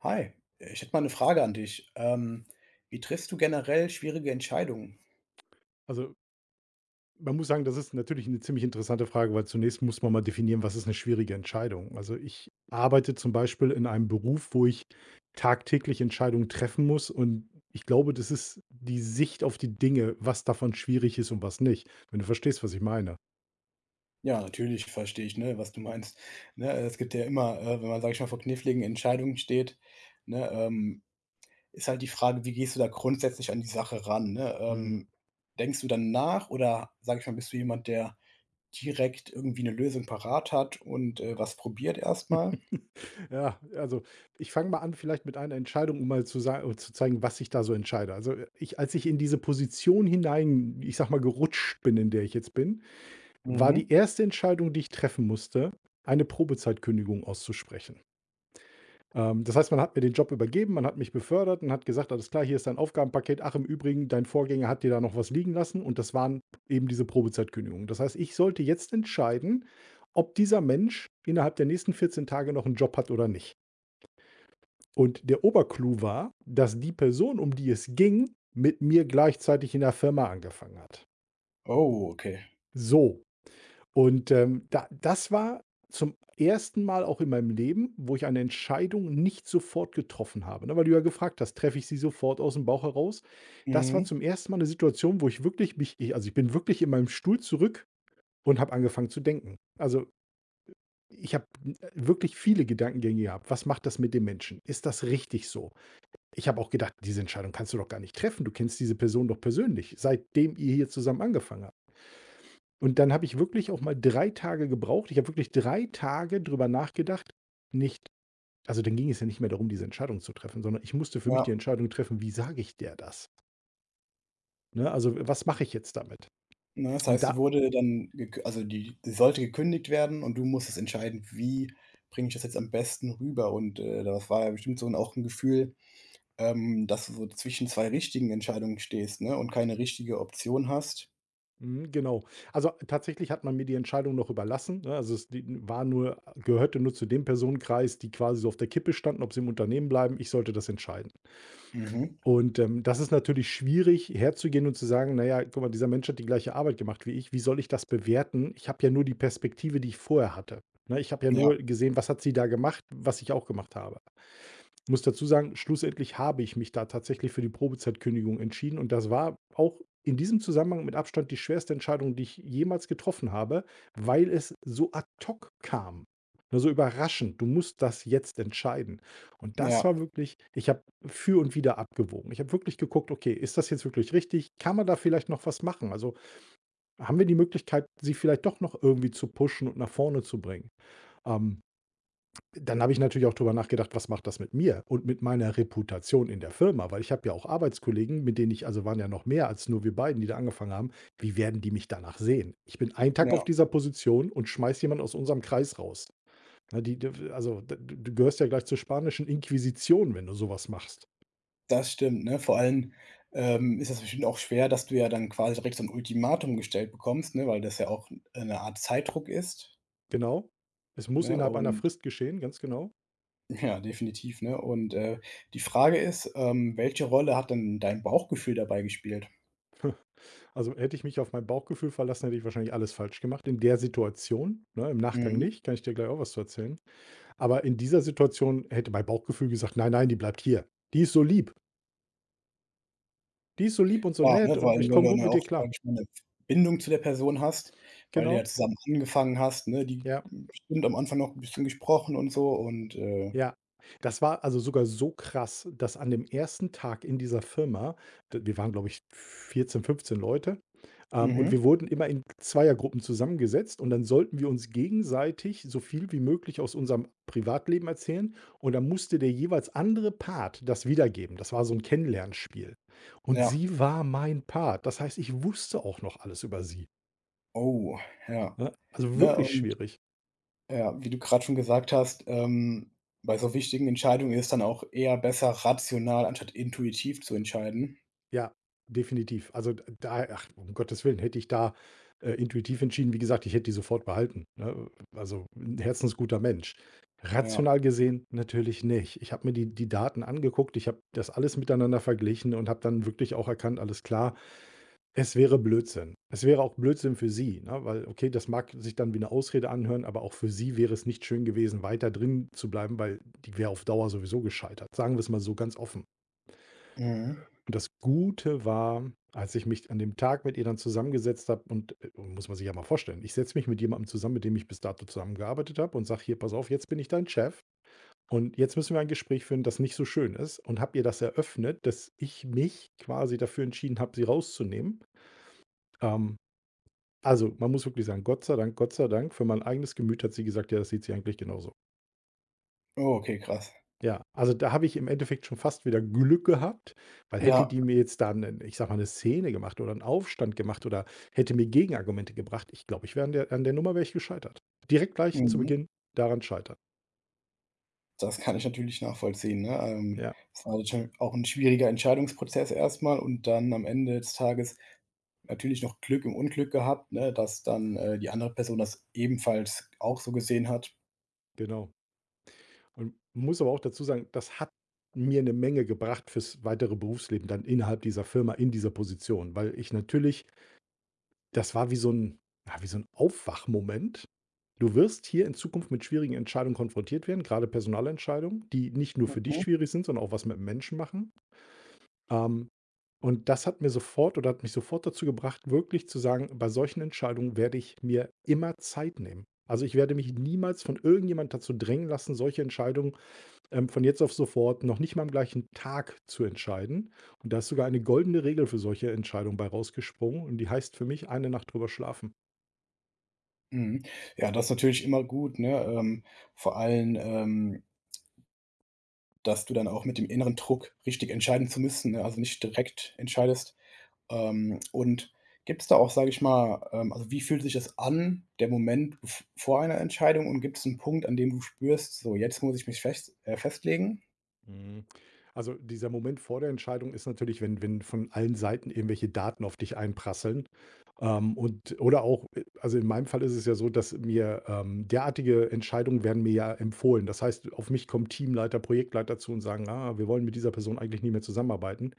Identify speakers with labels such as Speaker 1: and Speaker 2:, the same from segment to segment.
Speaker 1: Hi, ich hätte mal eine Frage an dich. Wie triffst du generell schwierige Entscheidungen?
Speaker 2: Also, man muss sagen, das ist natürlich eine ziemlich interessante Frage, weil zunächst muss man mal definieren, was ist eine schwierige Entscheidung? Also, ich arbeite zum Beispiel in einem Beruf, wo ich tagtäglich Entscheidungen treffen muss und ich glaube, das ist die Sicht auf die Dinge, was davon schwierig ist und was nicht, wenn du verstehst, was ich meine.
Speaker 1: Ja, natürlich verstehe ich, ne, was du meinst. Ne, es gibt ja immer, wenn man, sage ich mal, vor kniffligen Entscheidungen steht, ne, ist halt die Frage, wie gehst du da grundsätzlich an die Sache ran, ne?
Speaker 2: Mhm.
Speaker 1: Denkst du dann nach oder, sage ich mal, bist du jemand, der direkt irgendwie eine Lösung parat hat und, was probiert erstmal?
Speaker 2: Ja, also, ich fange mal an vielleicht mit einer Entscheidung, um mal zu sagen, zu zeigen, was ich da so entscheide. Also, ich als ich in diese Position hinein, ich sage mal, gerutscht bin, in der ich jetzt bin, war die
Speaker 1: Mhm.
Speaker 2: erste Entscheidung, die ich treffen musste, eine Probezeitkündigung auszusprechen. Das heißt, man hat mir den Job übergeben, man hat mich befördert und hat gesagt: „Alles klar, hier ist dein Aufgabenpaket. Ach, im Übrigen, dein Vorgänger hat dir da noch was liegen lassen“, und das waren eben diese Probezeitkündigungen. Das heißt, ich sollte jetzt entscheiden, ob dieser Mensch innerhalb der nächsten 14 Tage noch einen Job hat oder nicht. Und der Oberclou war, dass die Person, um die es ging, mit mir gleichzeitig in der Firma angefangen hat.
Speaker 1: Oh, okay.
Speaker 2: So. Und, da das war zum ersten Mal auch in meinem Leben, wo ich eine Entscheidung nicht sofort getroffen habe, ne, weil du ja gefragt hast: „Treffe ich sie sofort aus dem Bauch heraus?“ Das war
Speaker 1: Mhm.
Speaker 2: zum ersten Mal eine Situation, wo ich wirklich ich bin wirklich in meinem Stuhl zurück und habe angefangen zu denken. Also, ich habe wirklich viele Gedankengänge gehabt. Was macht das mit dem Menschen? Ist das richtig so? Ich habe auch gedacht: „Diese Entscheidung kannst du doch gar nicht treffen. Du kennst diese Person doch persönlich, seitdem ihr hier zusammen angefangen habt.“ Und dann habe ich wirklich auch mal 3 Tage gebraucht. Ich habe wirklich 3 Tage drüber nachgedacht, nicht, also, dann ging es ja nicht mehr darum, diese Entscheidung zu treffen, sondern ich musste für mich
Speaker 1: Ja.
Speaker 2: die Entscheidung treffen: „Wie sage ich der das?“ Ne, also, was mache ich jetzt damit?
Speaker 1: Ne, das
Speaker 2: Und
Speaker 1: heißt, die
Speaker 2: da
Speaker 1: wurde dann gekü also, die sollte gekündigt werden und du musstest entscheiden: „Wie bringe ich das jetzt am besten rüber?“ Und, das war ja bestimmt so 'n auch ein Gefühl, dass du so zwischen 2 richtigen Entscheidungen stehst, ne, und keine richtige Option hast.
Speaker 2: Mhm, genau. Also, tatsächlich hat man mir die Entscheidung noch überlassen, ne? Also, es die war nur gehörte nur zu dem Personenkreis, die quasi so auf der Kippe standen, ob sie im Unternehmen bleiben. Ich sollte das entscheiden.
Speaker 1: Mhm.
Speaker 2: Und, das ist natürlich schwierig herzugehen und zu sagen: „Naja, guck mal, dieser Mensch hat die gleiche Arbeit gemacht wie ich. Wie soll ich das bewerten? Ich habe ja nur die Perspektive, die ich vorher hatte.“ Ne, ich habe ja
Speaker 1: Ja,
Speaker 2: nur gesehen, was hat sie da gemacht, was ich auch gemacht habe. Muss dazu sagen, schlussendlich habe ich mich da tatsächlich für die Probezeitkündigung entschieden und das war auch in diesem Zusammenhang mit Abstand die schwerste Entscheidung, die ich jemals getroffen habe, weil es so ad hoc kam. Ne, so überraschend, du musst das jetzt entscheiden. Und das
Speaker 1: ja,
Speaker 2: war wirklich, ich habe für und wieder abgewogen. Ich habe wirklich geguckt: „Okay, ist das jetzt wirklich richtig? Kann man da vielleicht noch was machen? Also, haben wir die Möglichkeit, sie vielleicht doch noch irgendwie zu pushen und nach vorne zu bringen?“ Ähm, Dann habe ich natürlich auch drüber nachgedacht, was macht das mit mir und mit meiner Reputation in der Firma? Weil ich habe ja auch Arbeitskollegen, mit denen ich, also waren ja noch mehr als nur wir beiden, die da angefangen haben. Wie werden die mich danach sehen? Ich bin einen Tag
Speaker 1: ja,
Speaker 2: auf dieser Position und schmeiß jemand aus unserem Kreis raus. Ne, die, d- also d- du gehörst ja gleich zur spanischen Inquisition, wenn du sowas machst.
Speaker 1: das stimmt, ne? Vor allem, ist das bestimmt auch schwer, dass du ja dann quasi direkt so ein Ultimatum gestellt bekommst, ne, weil das ja auch eine Art Zeitdruck ist,
Speaker 2: Genau. Es muss
Speaker 1: ne?
Speaker 2: innerhalb einer
Speaker 1: Und
Speaker 2: Frist geschehen, ganz genau.
Speaker 1: ja, definitiv, ne? Und, die Frage ist, welche Rolle hat denn dein Bauchgefühl dabei gespielt?
Speaker 2: Also hätte ich mich auf mein Bauchgefühl verlassen, hätte ich wahrscheinlich alles falsch gemacht. In der Situation, ne, im Nachgang
Speaker 1: Mhm.
Speaker 2: nicht, kann ich dir gleich auch was zu erzählen. Aber in dieser Situation hätte mein Bauchgefühl gesagt: „Nein, nein, die bleibt hier. Die ist so lieb. Die ist so lieb und so
Speaker 1: Klar,
Speaker 2: nett
Speaker 1: ne, vor
Speaker 2: und
Speaker 1: weil
Speaker 2: ich
Speaker 1: du
Speaker 2: komme
Speaker 1: dann
Speaker 2: gut
Speaker 1: ja
Speaker 2: mit
Speaker 1: auch,
Speaker 2: dir klar.“
Speaker 1: sage ich mal, 'ne Bindung zu der Person hast, weil du ja
Speaker 2: Genau,
Speaker 1: zusammen angefangen hast, ne? Die
Speaker 2: ja.
Speaker 1: bestimmt am Anfang noch ein bisschen gesprochen und so und,
Speaker 2: Ja, das war also sogar so krass, dass an dem ersten Tag in dieser Firma, d wir waren, glaube ich, 14, 15 Leute, und
Speaker 1: mhm,
Speaker 2: wir wurden immer in Zweiergruppen zusammengesetzt und dann sollten wir uns gegenseitig so viel wie möglich aus unserem Privatleben erzählen und dann musste der jeweils andere Part das wiedergeben. Das war so ein Kennenlernspiel. Und
Speaker 1: ja.
Speaker 2: sie war mein Part. Das heißt, ich wusste auch noch alles über sie,
Speaker 1: Oh, ja,
Speaker 2: ne? Also
Speaker 1: ne,
Speaker 2: wirklich
Speaker 1: und
Speaker 2: schwierig.
Speaker 1: ja, wie du gerade schon gesagt hast, bei so wichtigen Entscheidungen ist dann auch eher besser, rational anstatt intuitiv zu entscheiden.
Speaker 2: Ja, definitiv. Also, d da ach, um Gottes Willen, hätte ich da intuitiv entschieden, wie gesagt, ich hätte die sofort behalten, ne? Also, 'n herzensguter Mensch.
Speaker 1: Ja.
Speaker 2: Rational gesehen natürlich nicht. Ich habe mir die Daten angeguckt, ich habe das alles miteinander verglichen und habe dann wirklich auch erkannt, alles klar, es wäre Blödsinn. Es wäre auch Blödsinn für sie, ne, weil, okay, das mag sich dann wie eine Ausrede anhören, aber auch für sie wäre es nicht schön gewesen, weiter drin zu bleiben, weil die wäre auf Dauer sowieso gescheitert. Sagen wir es mal so ganz offen.
Speaker 1: Mhm.
Speaker 2: Und das Gute war, als ich mich an dem Tag mit ihr dann zusammengesetzt habe und muss man sich ja mal vorstellen, ich setze mich mit jemandem zusammen, mit dem ich bis dato zusammengearbeitet habe und sage: „Hier, pass auf, jetzt bin ich dein Chef und jetzt müssen wir ein Gespräch führen, das nicht so schön ist“, und habe ihr das eröffnet, dass ich mich quasi dafür entschieden habe, sie rauszunehmen. Ähm, also man muss wirklich sagen, Gott sei Dank, für mein eigenes Gemüt hat sie gesagt, ja, das sieht sie eigentlich genauso.
Speaker 1: Oh, okay, krass.
Speaker 2: Ja, also da habe ich im Endeffekt schon fast wieder Glück gehabt, weil, hätte
Speaker 1: Ja.
Speaker 2: die mir jetzt dann, ich sage mal, eine Szene gemacht oder einen Aufstand gemacht oder hätte mir Gegenargumente gebracht, ich glaube, ich wäre, an der Nummer wäre ich gescheitert. Direkt gleich zu
Speaker 1: Mhm.
Speaker 2: Beginn daran scheitern.
Speaker 1: Das kann ich natürlich nachvollziehen, ne?
Speaker 2: Ja,
Speaker 1: Das war natürlich auch 'n schwieriger Entscheidungsprozess erst mal und dann am Ende des Tages natürlich noch Glück im Unglück gehabt, ne, dass dann, die andere Person das ebenfalls auch so gesehen hat.
Speaker 2: genau. Und muss aber auch dazu sagen, das hat mir eine Menge gebracht fürs weitere Berufsleben dann innerhalb dieser Firma in dieser Position, weil ich natürlich — Das war wie so 'n ja, wie so 'n Aufwachmoment. Du wirst hier in Zukunft mit schwierigen Entscheidungen konfrontiert werden, grade Personalentscheidungen, die nicht nur für dich
Speaker 1: Mhm.
Speaker 2: schwierig sind, sondern auch was mit dem Menschen machen. Ähm, und das hat mir sofort, oder hat mich sofort dazu gebracht, wirklich zu sagen: „Bei solchen Entscheidungen werde ich mir immer Zeit nehmen.“ Also, ich werde mich niemals von irgendjemand dazu drängen lassen, solche Entscheidungen, von jetzt auf sofort, noch nicht mal am gleichen Tag zu entscheiden. Und da ist sogar eine goldene Regel für solche Entscheidungen bei rausgesprungen und die heißt für mich: „Eine Nacht drüber schlafen.“
Speaker 1: Mhm. Ja, das ist natürlich immer gut, ne? Vor allem, dass du dann auch mit dem inneren Druck, richtig entscheiden zu müssen, ne, also nicht direkt entscheidest. Und gibt es da auch, sage ich mal, also, wie fühlt sich das an, der Moment v vor einer Entscheidung und gibt es einen Punkt, an dem du spürst: „So, jetzt muss ich mich fest festlegen?“
Speaker 2: Mhm. Also dieser Moment vor der Entscheidung ist natürlich, wenn, von allen Seiten irgendwelche Daten auf dich einprasseln. Und oder auch, also in meinem Fall ist es ja so, dass mir derartige Entscheidungen, werden mir ja empfohlen. Das heißt, auf mich kommen Teamleiter, Projektleiter zu und sagen: „Ah, wir wollen mit dieser Person eigentlich nie mehr zusammenarbeiten.“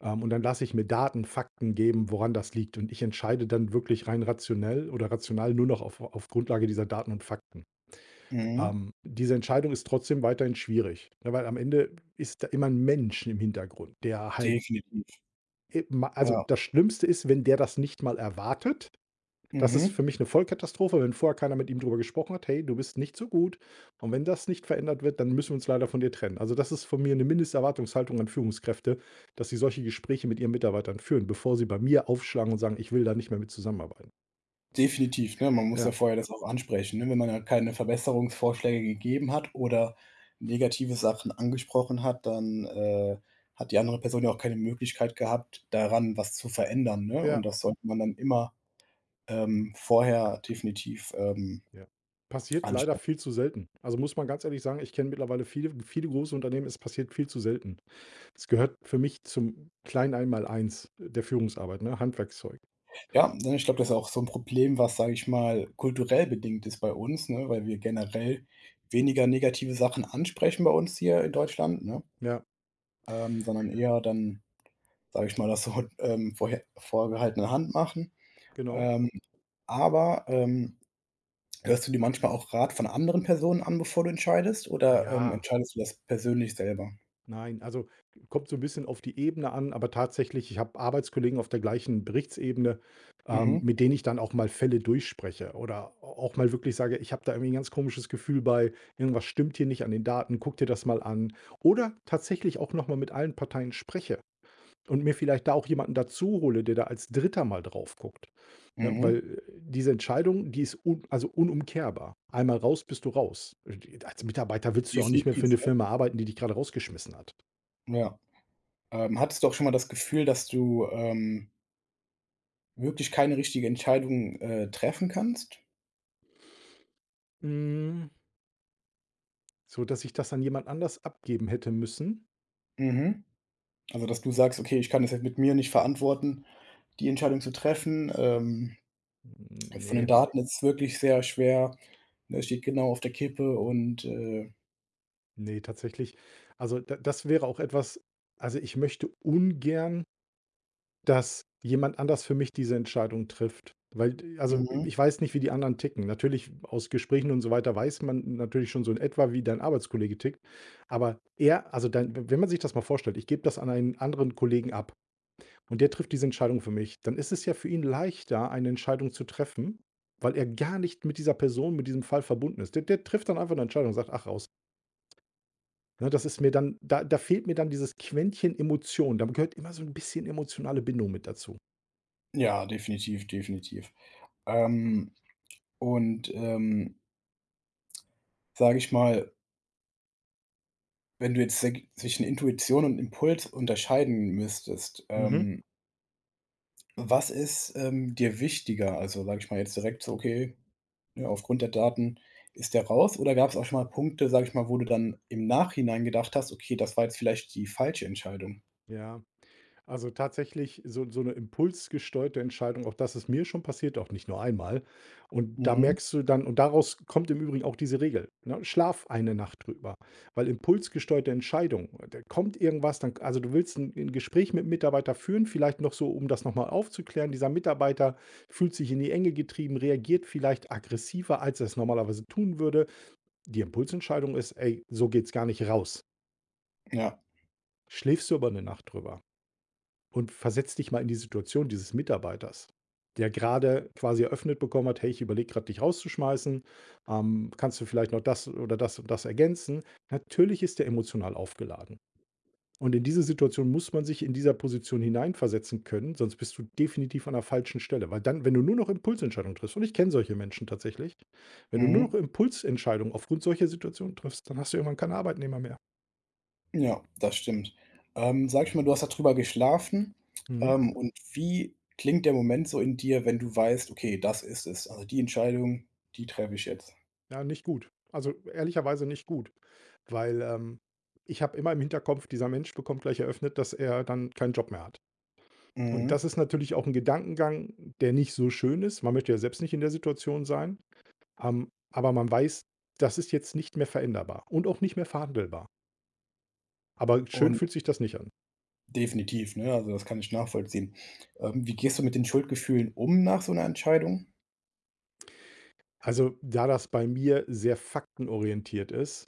Speaker 2: Und dann lasse ich mir Daten, Fakten geben, woran das liegt. Und ich entscheide dann wirklich rein rationell oder rational nur noch auf, Grundlage dieser Daten und Fakten.
Speaker 1: Mhm,
Speaker 2: Diese Entscheidung ist trotzdem weiterhin schwierig, ne, weil am Ende ist da immer ein Mensch im Hintergrund, der halt
Speaker 1: definitiv,
Speaker 2: e also,
Speaker 1: ja.
Speaker 2: das Schlimmste ist, wenn der das nicht mal erwartet. Das ist
Speaker 1: Mhm,
Speaker 2: für mich eine Vollkatastrophe, wenn vorher keiner mit ihm drüber gesprochen hat: „Hey, du bist nicht so gut, und wenn das nicht verändert wird, dann müssen wir uns leider von dir trennen.“ Also, das ist von mir eine Mindesterwartungshaltung an Führungskräfte, dass sie solche Gespräche mit ihren Mitarbeitern führen, bevor sie bei mir aufschlagen und sagen: „Ich will da nicht mehr mit zusammenarbeiten.“
Speaker 1: definitiv, ne? Man muss ja
Speaker 2: Ja,
Speaker 1: vorher das auch ansprechen, ne? Wenn man ja keine Verbesserungsvorschläge gegeben hat oder negative Sachen angesprochen hat, dann, hat die andere Person ja auch keine Möglichkeit gehabt, daran was zu verändern, ne? Und
Speaker 2: ja.
Speaker 1: das sollte man dann immer, vorher definitiv,
Speaker 2: Ja. Passiert leider viel
Speaker 1: ansprechen.
Speaker 2: zu selten. Also, muss man ganz ehrlich sagen, ich kenne mittlerweile viele, viele große Unternehmen, es passiert viel zu selten. Es gehört für mich zum kleinen Einmaleins der Führungsarbeit, ne, Handwerkszeug.
Speaker 1: Ja, ne, ich glaube, das ist auch so 'n Problem, was, sage ich mal, kulturell bedingt ist bei uns, ne, weil wir generell weniger negative Sachen ansprechen bei uns hier in Deutschland, ne,
Speaker 2: Ja,
Speaker 1: sondern eher dann, sage ich mal, das so, vorher vorgehaltene Hand machen.
Speaker 2: genau.
Speaker 1: Ähm, aber, hörst du dir manchmal auch Rat von anderen Personen an, bevor du entscheidest oder,
Speaker 2: Ja,
Speaker 1: entscheidest du das persönlich selber?
Speaker 2: nein, also, kommt so ein bisschen auf die Ebene an, aber tatsächlich, ich habe Arbeitskollegen auf der gleichen Berichtsebene,
Speaker 1: Mhm,
Speaker 2: mit denen ich dann auch mal Fälle durchspreche oder auch mal wirklich sage: „Ich habe da irgendwie ein ganz komisches Gefühl bei, irgendwas stimmt hier nicht an den Daten, guck dir das mal an.“ Oder tatsächlich auch noch mal mit allen Parteien spreche. Und mir vielleicht da auch jemanden dazu hole, der da als Dritter mal drauf guckt. Ne, weil,
Speaker 1: mhm,
Speaker 2: diese Entscheidung, die ist un also unumkehrbar. Einmal raus, bist du raus. Als Mitarbeiter willst du ja auch nicht mehr
Speaker 1: definitiv,
Speaker 2: für eine
Speaker 1: ne?
Speaker 2: Firma arbeiten, die dich gerade rausgeschmissen hat.
Speaker 1: Ja. Hattest du auch schon mal das Gefühl, dass du, wirklich keine richtige Entscheidung, treffen kannst?
Speaker 2: Hm, so dass ich das an jemand anders abgeben hätte müssen?
Speaker 1: Mhm. Also, dass du sagst: „Okay, ich kann das jetzt mit mir nicht verantworten, die Entscheidung zu treffen.“ von den
Speaker 2: Ne,
Speaker 1: Daten ist es wirklich sehr schwer, ne, steht genau auf der Kippe und,
Speaker 2: ne, tatsächlich. Also, da das wäre auch etwas also, ich möchte ungern, dass jemand anders für mich diese Entscheidung trifft. Weil also,
Speaker 1: mhm.
Speaker 2: ich weiß nicht, wie die anderen ticken. Natürlich aus Gesprächen und so weiter weiß man natürlich schon so in etwa, wie dein Arbeitskollege tickt. Aber er also, dein Wenn man sich das mal vorstellt, ich gebe das an einen anderen Kollegen ab und der trifft diese Entscheidung für mich, dann ist es ja für ihn leichter, eine Entscheidung zu treffen, weil er gar nicht mit dieser Person, mit diesem Fall verbunden ist. Der trifft dann einfach eine Entscheidung und sagt: „Ach, raus.“ Ne, das ist mir dann da fehlt mir dann dieses Quäntchen Emotion. Da gehört immer so ein bisschen emotionale Bindung mit dazu.
Speaker 1: Ja, definitiv, definitiv. Ähm, und, sage ich mal, wenn du jetzt sag zwischen Intuition und Impuls unterscheiden müsstest,
Speaker 2: Mhm.
Speaker 1: was ist, dir wichtiger? Also, sage ich mal jetzt direkt so: „Okay, ja, aufgrund der Daten ist der raus oder gab es auch schon mal Punkte, sage ich mal, wo du dann im Nachhinein gedacht hast: „Okay, das war jetzt vielleicht die falsche Entscheidung?“
Speaker 2: Ja, also tatsächlich so eine impulsgesteuerte Entscheidung, auch das ist mir schon passiert, auch nicht nur einmal. Und da
Speaker 1: Mhm.
Speaker 2: merkst du dann, und daraus kommt im Übrigen auch diese Regel, ne? Schlaf eine Nacht drüber. Weil impulsgesteuerte Entscheidung, da kommt irgendwas, dann, also du willst ein Gespräch mit einem Mitarbeiter führen, vielleicht noch so, um das nochmal aufzuklären. Dieser Mitarbeiter fühlt sich in die Enge getrieben, reagiert vielleicht aggressiver, als er es normalerweise tun würde. Die Impulsentscheidung ist, ey, so geht's gar nicht raus.
Speaker 1: Ja.
Speaker 2: Schläfst du aber eine Nacht drüber. Und versetz dich mal in die Situation dieses Mitarbeiters, der gerade quasi eröffnet bekommen hat: „Hey, ich überlege gerade, dich rauszuschmeißen. Kannst du vielleicht noch das oder das und das ergänzen?“ Natürlich ist der emotional aufgeladen. Und in diese Situation muss man sich in dieser Position hineinversetzen können, sonst bist du definitiv an der falschen Stelle. Weil dann wenn du nur noch Impulsentscheidungen triffst und ich kenne solche Menschen tatsächlich, wenn du nur noch
Speaker 1: Mhm.
Speaker 2: Impulsentscheidungen aufgrund solcher Situationen triffst, dann hast du irgendwann keinen Arbeitnehmer mehr.
Speaker 1: Ja, das stimmt. Sage ich mal, du hast darüber geschlafen,
Speaker 2: Mhm.
Speaker 1: und wie klingt der Moment so in dir, wenn du weißt: „Okay, das ist es. Also, die Entscheidung, die treffe ich jetzt.“
Speaker 2: Ja, nicht gut. Also, ehrlicherweise nicht gut, weil, ich habe immer im Hinterkopf, dieser Mensch bekommt gleich eröffnet, dass er dann keinen Job mehr hat. Und das
Speaker 1: Mhm.
Speaker 2: ist natürlich auch ein Gedankengang, der nicht so schön ist. Man möchte ja selbst nicht in der Situation sein, aber man weiß, das ist jetzt nicht mehr veränderbar und auch nicht mehr verhandelbar. Aber schön
Speaker 1: Und
Speaker 2: fühlt sich das nicht an.
Speaker 1: definitiv, ne? Also, das kann ich nachvollziehen. Wie gehst du mit den Schuldgefühlen um nach so einer Entscheidung?
Speaker 2: Also, da das bei mir sehr faktenorientiert ist,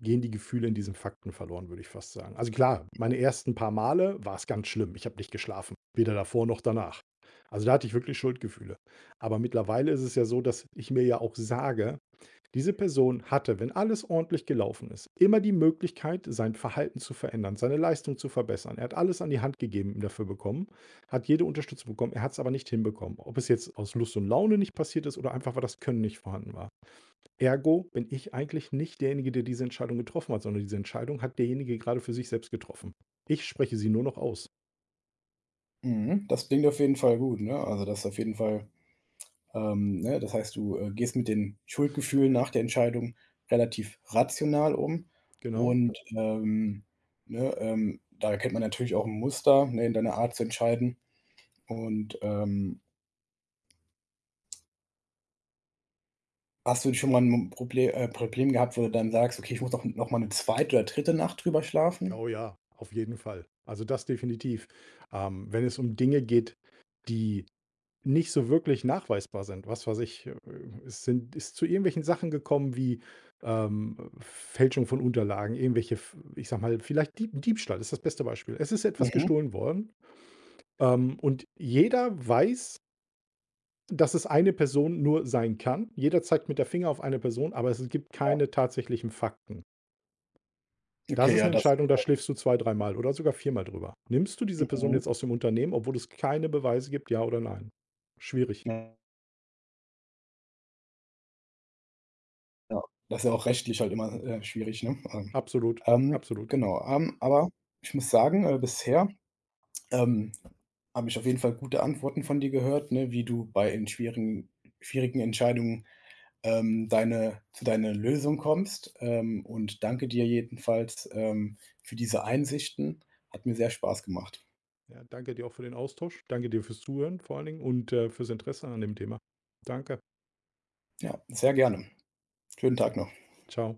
Speaker 2: gehen die Gefühle in diesen Fakten verloren, würde ich fast sagen. Also klar, meine ersten paar Male war es ganz schlimm. Ich habe nicht geschlafen, weder davor noch danach. Also, da hatte ich wirklich Schuldgefühle. Aber mittlerweile ist es ja so, dass ich mir ja auch sage, diese Person hatte, wenn alles ordentlich gelaufen ist, immer die Möglichkeit, sein Verhalten zu verändern, seine Leistung zu verbessern. Er hat alles an die Hand gegeben dafür bekommen, hat jede Unterstützung bekommen, er hat es aber nicht hinbekommen. Ob es jetzt aus Lust und Laune nicht passiert ist oder einfach, weil das Können nicht vorhanden war. Ergo bin ich eigentlich nicht derjenige, der diese Entscheidung getroffen hat, sondern diese Entscheidung hat derjenige gerade für sich selbst getroffen. Ich spreche sie nur noch aus.
Speaker 1: Mhm. Das klingt auf jeden Fall gut, ne? Also, das ist auf jeden Fall ähm, ne, das heißt, du, gehst mit den Schuldgefühlen nach der Entscheidung relativ rational um
Speaker 2: Genau.
Speaker 1: und, ne, da erkennt man natürlich auch ein Muster, ne, in deiner Art zu entscheiden. Und, hast du schon mal ein Problem gehabt, wo du dann sagst: „Okay, ich muss noch mal eine zweite oder dritte Nacht drüber schlafen?“
Speaker 2: Oh ja, auf jeden Fall. Also das definitiv. Wenn es um Dinge geht, die nicht so wirklich nachweisbar sind. Was weiß ich, es sind ist zu irgendwelchen Sachen gekommen wie, Fälschung von Unterlagen, irgendwelche, f ich sage mal, vielleicht Diebstahl ist das beste Beispiel. Es ist etwas
Speaker 1: Mhm.
Speaker 2: gestohlen worden, und jeder weiß, dass es eine Person nur sein kann. Jeder zeigt mit der Finger auf eine Person, aber es gibt keine tatsächlichen Fakten. Das
Speaker 1: Okay,
Speaker 2: ist
Speaker 1: ja,
Speaker 2: eine
Speaker 1: das
Speaker 2: Entscheidung, da schläfst du zwei, dreimal oder sogar viermal drüber. Nimmst du diese Person
Speaker 1: mhm,
Speaker 2: jetzt aus dem Unternehmen, obwohl es keine Beweise gibt, ja oder nein? Schwierig.
Speaker 1: ja, ja. Das ist ja auch rechtlich halt immer, schwierig, ne?
Speaker 2: Absolut, absolut.
Speaker 1: Genau, aber ich muss sagen, bisher ähm, habe ich auf jeden Fall gute Antworten von dir gehört, ne, wie du bei in schwierigen Entscheidungen, deine zu deiner Lösung kommst. Und danke dir jedenfalls, für diese Einsichten. Hat mir sehr Spaß gemacht.
Speaker 2: Ja, danke dir auch für den Austausch. Danke dir fürs Zuhören vor allen Dingen und, fürs Interesse an dem Thema. Danke.
Speaker 1: Ja, sehr gerne. Schönen Tag noch.
Speaker 2: Ciao.